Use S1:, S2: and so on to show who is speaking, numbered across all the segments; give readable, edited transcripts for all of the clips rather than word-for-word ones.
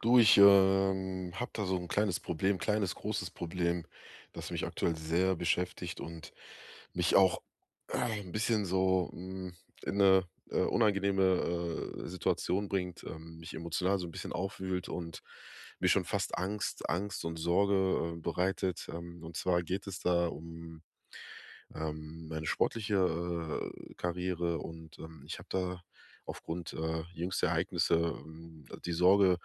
S1: Du, ich habe da so ein kleines Problem, kleines, großes Problem, das mich aktuell sehr beschäftigt und mich auch ein bisschen so in eine unangenehme Situation bringt, mich emotional so ein bisschen aufwühlt und mir schon fast Angst und Sorge bereitet. Und zwar geht es da um meine sportliche Karriere und ich habe da aufgrund jüngster Ereignisse, die Sorge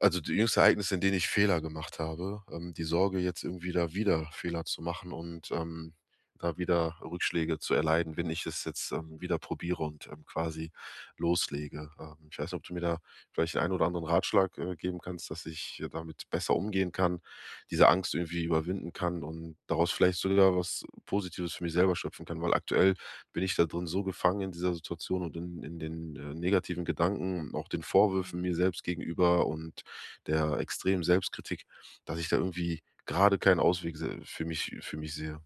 S1: also die jüngsten Ereignisse, in denen ich Fehler gemacht habe, die Sorge, jetzt irgendwie da wieder Fehler zu machen, und da wieder Rückschläge zu erleiden, wenn ich es jetzt wieder probiere und quasi loslege. Ich weiß nicht, ob du mir da vielleicht den einen oder anderen Ratschlag geben kannst, dass ich damit besser umgehen kann, diese Angst irgendwie überwinden kann und daraus vielleicht sogar was Positives für mich selber schöpfen kann, weil aktuell bin ich da drin so gefangen in dieser Situation und in den negativen Gedanken, und auch den Vorwürfen
S2: Mhm.
S1: mir selbst gegenüber und der extremen Selbstkritik, dass ich da irgendwie gerade keinen Ausweg für mich sehe.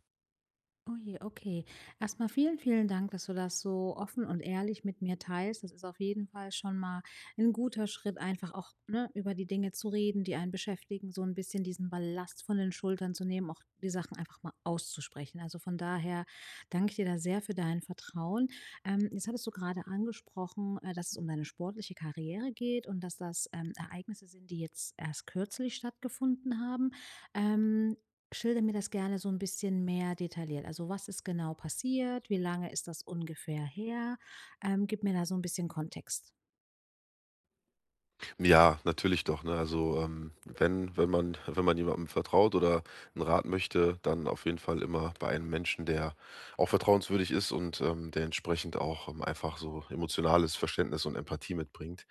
S2: Oh je, okay. Erstmal vielen, vielen Dank, dass du das so offen und ehrlich mit mir teilst. Das ist auf jeden Fall schon mal ein guter Schritt, einfach auch, ne, über die Dinge zu reden, die einen beschäftigen, so ein bisschen diesen Ballast von den Schultern zu nehmen, auch die Sachen einfach mal auszusprechen. Also, von daher danke ich dir da sehr für dein Vertrauen. Jetzt hattest du gerade angesprochen, dass es um deine sportliche Karriere geht und dass das, Ereignisse sind, die jetzt erst kürzlich stattgefunden haben. Ähm, Schilder mir das gerne so ein bisschen mehr detailliert. Also, was ist genau passiert? Wie lange ist das ungefähr her? Gib mir da so ein bisschen Kontext.
S1: Ja, natürlich doch, ne? Also, wenn man jemandem vertraut oder 'n Rat möchte, dann auf jeden Fall immer bei einem Menschen, der auch vertrauenswürdig ist und der entsprechend auch einfach so emotionales Verständnis und Empathie mitbringt.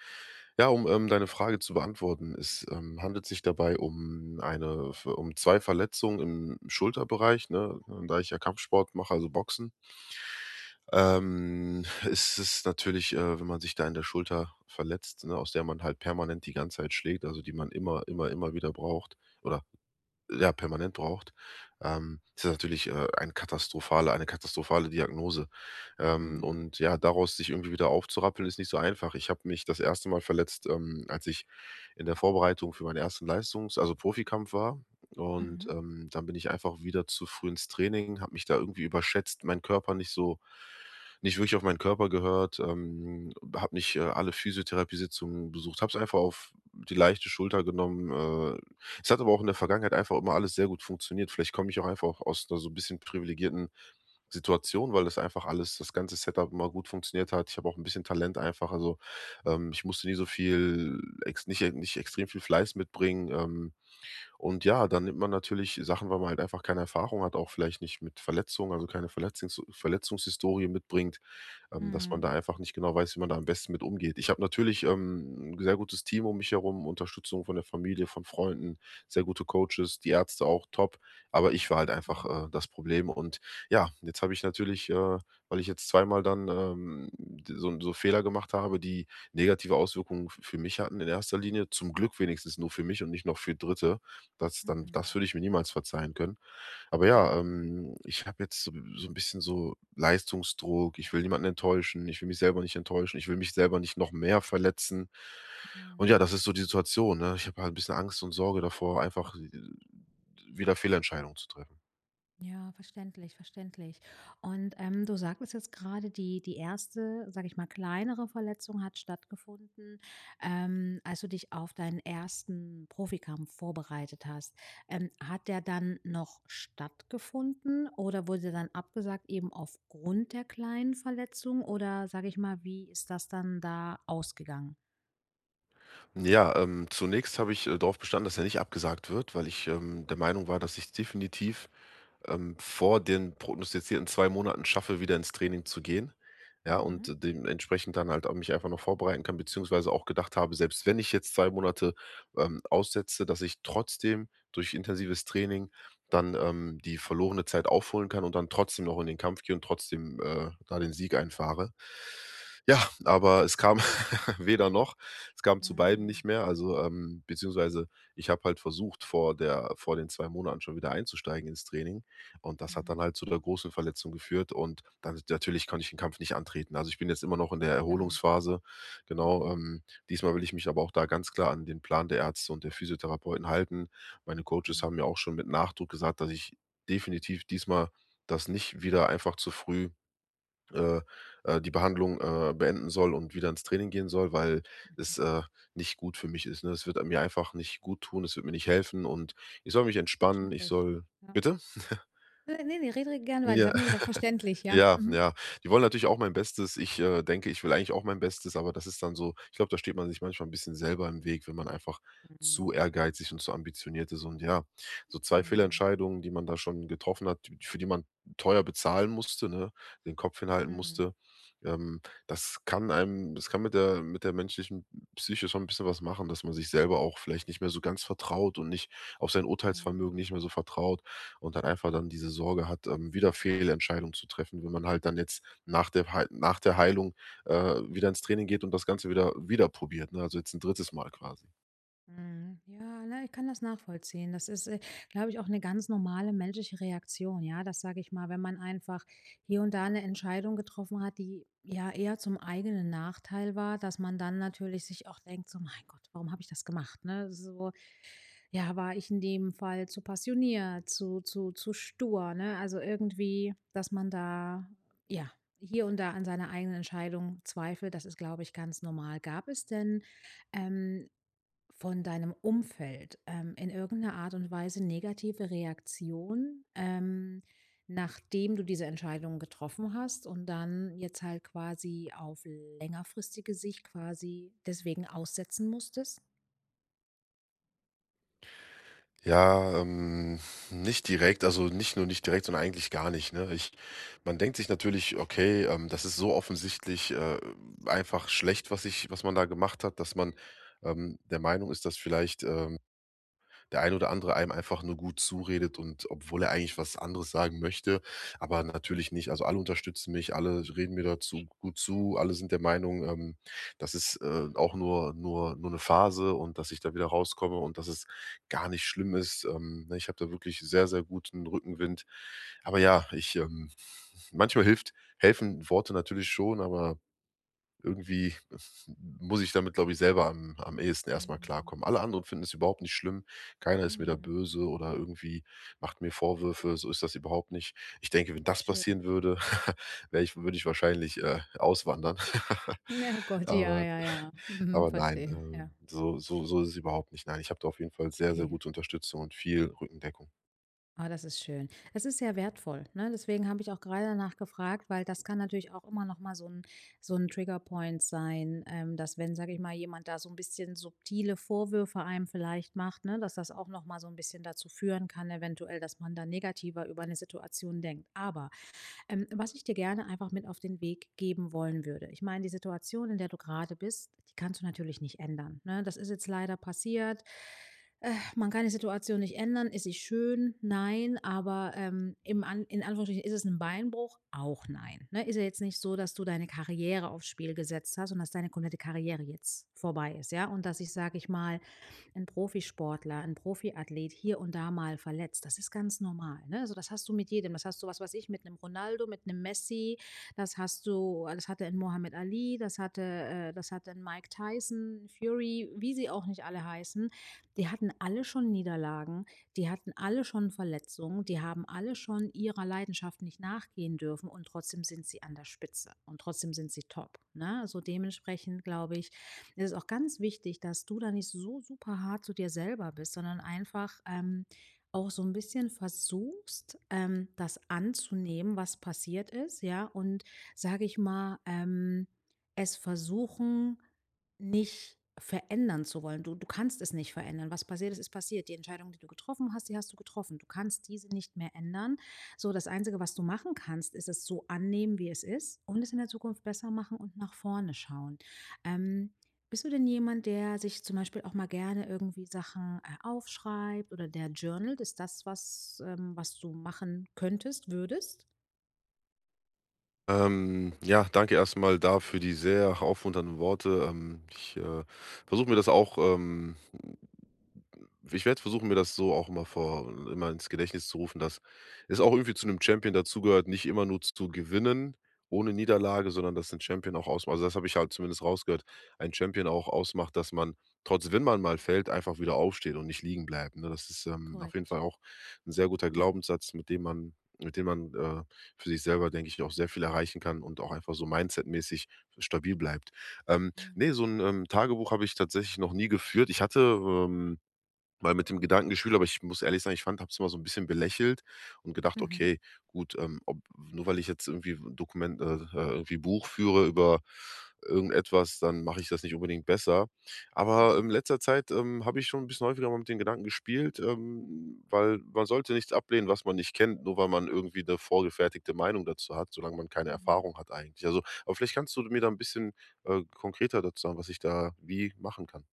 S1: Ja, um deine Frage zu beantworten, es handelt sich dabei um eine um 2 Verletzungen im Schulterbereich, ne, da ich ja Kampfsport mache, also Boxen. Es ist natürlich, wenn man sich da in der Schulter verletzt, ne, aus der man halt permanent die ganze Zeit schlägt, also die man immer wieder braucht oder ja, permanent braucht, ist das natürlich eine katastrophale Diagnose. Ähm,
S2: Mhm.
S1: und ja, daraus sich irgendwie wieder aufzurappeln, ist nicht so einfach. Ich habe mich das erste Mal verletzt, als ich in der Vorbereitung für meinen ersten Leistungs also Profikampf war. Und,
S2: Mhm.
S1: ähm, dann bin ich einfach wieder zu früh ins Training, habe mich da irgendwie überschätzt, mein Körper nicht so nicht wirklich auf meinen Körper gehört, habe nicht alle Physiotherapiesitzungen besucht, habe es einfach auf die leichte Schulter genommen, es hat aber auch in der Vergangenheit einfach immer alles sehr gut funktioniert. Vielleicht komme ich auch einfach auch aus 'ner so ein bisschen privilegierten Situation, weil das einfach alles das ganze Setup immer gut funktioniert hat. Ich habe auch ein bisschen Talent einfach, also, ich musste nie so viel ex nicht extrem viel Fleiß mitbringen, und ja, dann nimmt man natürlich Sachen, weil man halt einfach keine Erfahrung hat, auch vielleicht nicht mit Verletzungen, also keine Verletzungshistorie mitbringt, dass man
S2: Mhm.
S1: da einfach nicht genau weiß, wie man da am besten mit umgeht. Ich habe natürlich 'n sehr gutes Team um mich herum, Unterstützung von der Familie, von Freunden, sehr gute Coaches, die Ärzte auch top, aber ich war halt einfach,
S2: Mhm.
S1: äh, das Problem und ja, jetzt habe ich natürlich, weil ich jetzt zweimal dann so Fehler gemacht habe, die negative Auswirkungen f für mich hatten in erster Linie, zum Glück wenigstens nur für mich und nicht noch für Dritte das
S2: Mhm.
S1: würde ich mir niemals verzeihen können. Aber ja,
S2: Mhm.
S1: ich habe jetzt so 'n bisschen so Leistungsdruck. Ich will niemanden enttäuschen. Ich will mich selber nicht enttäuschen. Ich will mich selber nicht noch mehr verletzen. Und ja,
S2: Mhm.
S1: das ist so die Situation, ne? Ich habe halt ein bisschen Angst und Sorge davor, einfach wieder Fehlentscheidungen zu treffen.
S2: Ja, verständlich, verständlich. Und, du sagtest jetzt gerade, die erste, sage ich mal, kleinere Verletzung hat stattgefunden, als du dich auf deinen ersten Profikampf vorbereitet hast. Hat der dann noch stattgefunden oder wurde der dann abgesagt eben aufgrund der kleinen Verletzung oder, sage ich mal, wie ist das dann da ausgegangen?
S1: Ja, zunächst habe ich darauf bestanden, dass er nicht abgesagt wird, weil ich der Meinung war, dass ich definitiv vor den prognostizierten 2 Monaten schaffe, wieder ins Training zu gehen. Ja,
S2: Mhm.
S1: und dementsprechend dann halt auch mich einfach noch vorbereiten kann, beziehungsweise auch gedacht habe, selbst wenn ich jetzt 2 Monate, aussetze, dass ich trotzdem durch intensives Training dann die verlorene Zeit aufholen kann und dann trotzdem noch in den Kampf gehe und trotzdem da den Sieg einfahre. Ja, aber es kam weder noch. Es kam zu beiden
S2: Mhm.
S1: nicht mehr. Also, beziehungsweise ich habe halt versucht, vor den 2 Monaten schon wieder einzusteigen ins Training. Und das hat dann
S2: Mhm.
S1: halt zu der großen Verletzung geführt und dann natürlich konnte ich den Kampf nicht antreten. Also, ich bin jetzt immer noch in der
S2: Klar.
S1: Erholungsphase, genau.
S2: Mhm.
S1: Diesmal will ich mich aber auch da ganz klar an den Plan der Ärzte und der Physiotherapeuten halten. Meine Coaches haben
S2: Mhm.
S1: mir auch schon mit Nachdruck gesagt, dass ich definitiv diesmal das nicht wieder einfach zu früh, äh, die Behandlung beenden soll und wieder ins Training gehen soll, weil es,
S2: Mhm.
S1: äh, nicht gut für mich ist, ne? Es wird mir einfach nicht gut tun. Es wird mir nicht helfen und ich soll mich entspannen, ich
S2: Verständlich.
S1: soll
S2: Ja.
S1: bitte?
S2: Ne, ne, ne, rede gerne weiter. Ich
S1: Ja.
S2: habe nur gesagt, verständlich, ja.
S1: Ja,
S2: Mhm.
S1: ja. Die wollen natürlich auch mein Bestes. Ich denke, ich will eigentlich auch mein Bestes, aber das ist dann so da steht man sich manchmal ein bisschen selber im Weg, wenn man einfach zu
S2: Mhm,
S1: ehrgeizig und zu ambitioniert ist und ja, so zwei
S2: mhm,
S1: Fehlentscheidungen, die man da schon getroffen hat, d für die man teuer bezahlen musste, ne, den Kopf hinhalten
S2: mhm,
S1: musste. Ähm, das kann mit der menschlichen Psyche schon ein bisschen was machen, dass man sich selber auch vielleicht nicht mehr so ganz vertraut und nicht auf sein Urteilsvermögen nicht mehr so vertraut und dann diese Sorge hat, wieder Fehlentscheidungen zu treffen, wenn man halt dann jetzt nach der Heilung wieder ins Training geht und das Ganze wieder probiert, ne? Also jetzt ein drittes Mal quasi.
S2: mhm. Ja, ne, ich kann das nachvollziehen. Das ist, glaube ich, auch eine ganz normale menschliche Reaktion, ja. Das sage ich mal, wenn man einfach hier und da eine Entscheidung getroffen hat, die ja eher zum eigenen Nachteil war, dass man dann natürlich sich auch denkt so: „Mein Gott, warum habe ich das gemacht?“, ne? So, ja, war ich in dem Fall zu passioniert, zu stur, ne? Also, irgendwie, dass man da, ja, hier und da an seiner eigenen Entscheidung zweifelt, das ist, glaube ich, ganz normal. Gab es denn, ähm, von deinem Umfeld, in irgendeiner Art und Weise negative Reaktionen, nachdem du diese Entscheidung getroffen hast und dann jetzt halt quasi auf längerfristige Sicht quasi deswegen aussetzen musstest?
S1: Ja, nicht direkt, also nicht direkt, sondern eigentlich gar nicht, ne? Ich Man denkt sich natürlich: „Okay, das ist so offensichtlich, einfach schlecht, was man da gemacht hat, dass man, der Meinung ist, dass vielleicht, der ein oder andere einem einfach nur gut zuredet und obwohl er eigentlich was anderes sagen möchte, aber natürlich nicht. Also alle unterstützen mich, alle reden mir dazu gut zu, alle sind der Meinung, das ist auch nur eine Phase und dass ich da wieder rauskomme und dass es gar nicht schlimm ist. Ne, ich habe da wirklich sehr, sehr guten Rückenwind. Aber ja, ich manchmal helfen Worte natürlich schon, aber irgendwie muss ich damit, glaube ich, selber am ehesten erstmal klarkommen. Alle anderen finden es überhaupt nicht schlimm. Keiner ist mir da
S2: Mhm,
S1: böse oder irgendwie macht mir Vorwürfe. So ist das überhaupt nicht. Ich denke, wenn das
S2: schön.
S1: passieren würde, wäre ich würde ich wahrscheinlich auswandern.
S2: Ja, oh Gott, ja,
S1: Aber
S2: ja, ja. Mhm,
S1: aber nein,
S2: verstehe. Ja,
S1: so ist es überhaupt nicht. Nein, ich habe da auf jeden Fall sehr, sehr
S2: okay.
S1: gute Unterstützung und viel Rückendeckung.
S2: Ah, das ist schön. Das ist sehr wertvoll, ne? Deswegen habe ich auch gerade danach gefragt, weil das kann natürlich auch immer noch mal so ein Triggerpoint sein, dass wenn, sage ich mal, jemand da so ein bisschen subtile Vorwürfe einem vielleicht macht, ne, dass das auch noch mal so ein bisschen dazu führen kann eventuell, dass man da negativer über eine Situation denkt. Aber, was ich dir gerne einfach mit auf den Weg geben wollen würde: ich meine, die Situation, in der du gerade bist, die kannst du natürlich nicht ändern, ne? Das ist jetzt leider passiert. Man kann die Situation nicht ändern. Ist sie schön? Nein. Aber, im An in Anführungsstrichen, ist es ein Beinbruch? Auch nein, ne? Ist ja jetzt nicht so, dass du deine Karriere auf's Spiel gesetzt hast und dass deine komplette Karriere jetzt vorbei ist, ja? Und dass ich, sage ich mal, ein Profisportler, ein Profiathlet hier und da mal verletzt. Das ist ganz normal, ne? Also, das hast du mit jedem. Das hast du, was weiß ich, mit einem Ronaldo, mit einem Messi, das hast du das hatte 'n Mohammed Ali, das hatte 'n Mike Tyson, Fury, wie sie auch nicht alle heißen. Die hatten alle schon Niederlagen, die hatten alle schon Verletzungen, die haben alle schon ihrer Leidenschaft nicht nachgehen dürfen und trotzdem sind sie an der Spitze und trotzdem sind sie top, ne? Also, dementsprechend glaube ich, es ist auch ganz wichtig, dass du da nicht so super hart zu dir selber bist, sondern einfach auch so ein bisschen versuchst, das anzunehmen, was passiert ist, ja, und sage ich mal, es versuchen, nicht verändern zu wollen. Du kannst es nicht verändern. Was passiert ist, ist passiert. Die Entscheidung, die du getroffen hast, die hast du getroffen. Du kannst diese nicht mehr ändern. So, das Einzige, was du machen kannst, ist es so annehmen, wie es ist und es in der Zukunft besser machen und nach vorne schauen. Ähm, Bist du denn jemand, der sich zum Beispiel auch mal gerne irgendwie Sachen, aufschreibt oder der journalt? Ist das was, was du machen könntest, würdest?
S1: Ja, danke erstmal dafür die sehr aufmunternden Worte. Ich versuche mir das auch, ich werde versuchen, mir das so auch immer vor immer ins Gedächtnis zu rufen, dass es auch irgendwie zu einem Champion dazugehört, nicht immer nur zu gewinnen ohne Niederlage, sondern dass 'n Champion auch ausmacht also, das habe ich halt zumindest rausgehört, ein Champion auch ausmacht, dass man trotz wenn man mal fällt, einfach wieder aufsteht und nicht liegen bleibt, ne? Das ist, auf jeden
S2: Korrekt,
S1: Fall auch ein sehr guter
S2: ja.
S1: Glaubenssatz, mit dem man mit dem man für sich selber, denke ich, auch sehr viel erreichen kann und auch einfach so mindsetmäßig stabil bleibt.
S2: Mhm.
S1: Ne, so ein Tagebuch habe ich tatsächlich noch nie geführt. Ich mal mit dem Gedankengeschwürt, aber ich muss ehrlich sagen, ich fand habe es immer so ein bisschen belächelt und gedacht:
S2: Mhm.
S1: „Okay, gut, ob nur weil ich jetzt irgendwie ein Dokument irgendwie Buch führe über irgendetwas, dann mache ich das nicht unbedingt besser." Aber in
S2: Mhm.
S1: letzter Zeit, habe ich schon ein bisschen häufiger mal mit den Gedanken gespielt, weil man sollte nichts ablehnen, was man nicht kennt, nur weil man irgendwie eine vorgefertigte Meinung dazu hat, solange man keine
S2: Mhm.
S1: Erfahrung hat eigentlich. Also aber vielleicht kannst du mir da ein bisschen, konkreter dazu sagen, was ich da wie machen kann.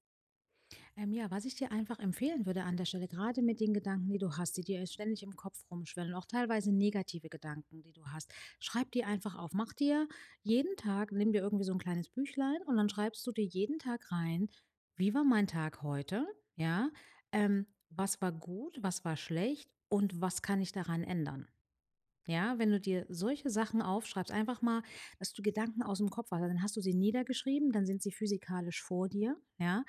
S2: Ja, was ich dir einfach empfehlen würde an der Stelle, gerade mit den Gedanken, die du hast, die dir ständig im Kopf rumschwellen, auch teilweise negative Gedanken, die du hast, schreib die einfach auf. Mach dir jeden Tag, nimm dir irgendwie so ein kleines Büchlein und dann schreibst du dir jeden Tag rein, wie war mein Tag heute? Ja, was war gut, was war schlecht und was kann ich daran ändern? Ja, wenn du dir solche Sachen aufschreibst, einfach mal, dass du Gedanken aus dem Kopf hast. Also dann hast du sie niedergeschrieben, dann sind sie physikalisch vor dir, ja,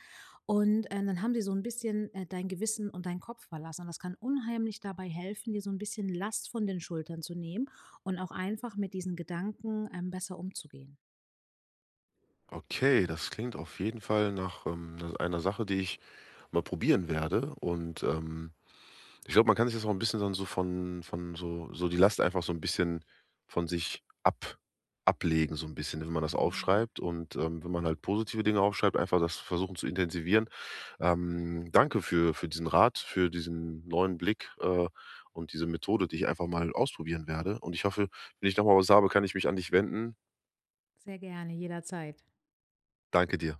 S2: und dann haben sie so ein bisschen dein Gewissen und dein Kopf verlassen. Und das kann unheimlich dabei helfen, dir so ein bisschen Last von den Schultern zu nehmen und auch einfach mit diesen Gedanken besser umzugehen.
S1: Okay, das klingt auf jeden Fall nach einer Sache, die ich mal probieren werde. Und ich glaube, man kann sich das auch ein bisschen dann so von so die Last einfach so ein bisschen von sich ab, ablegen, so ein bisschen, wenn man das
S2: Mhm.
S1: aufschreibt. Und wenn man halt positive Dinge aufschreibt, einfach das versuchen zu intensivieren. Danke für diesen Rat, für diesen neuen Blick und diese Methode, die ich einfach mal ausprobieren werde. Und ich hoffe, wenn ich nochmal was habe, kann ich mich an dich wenden.
S2: Sehr gerne, jederzeit.
S1: Danke dir.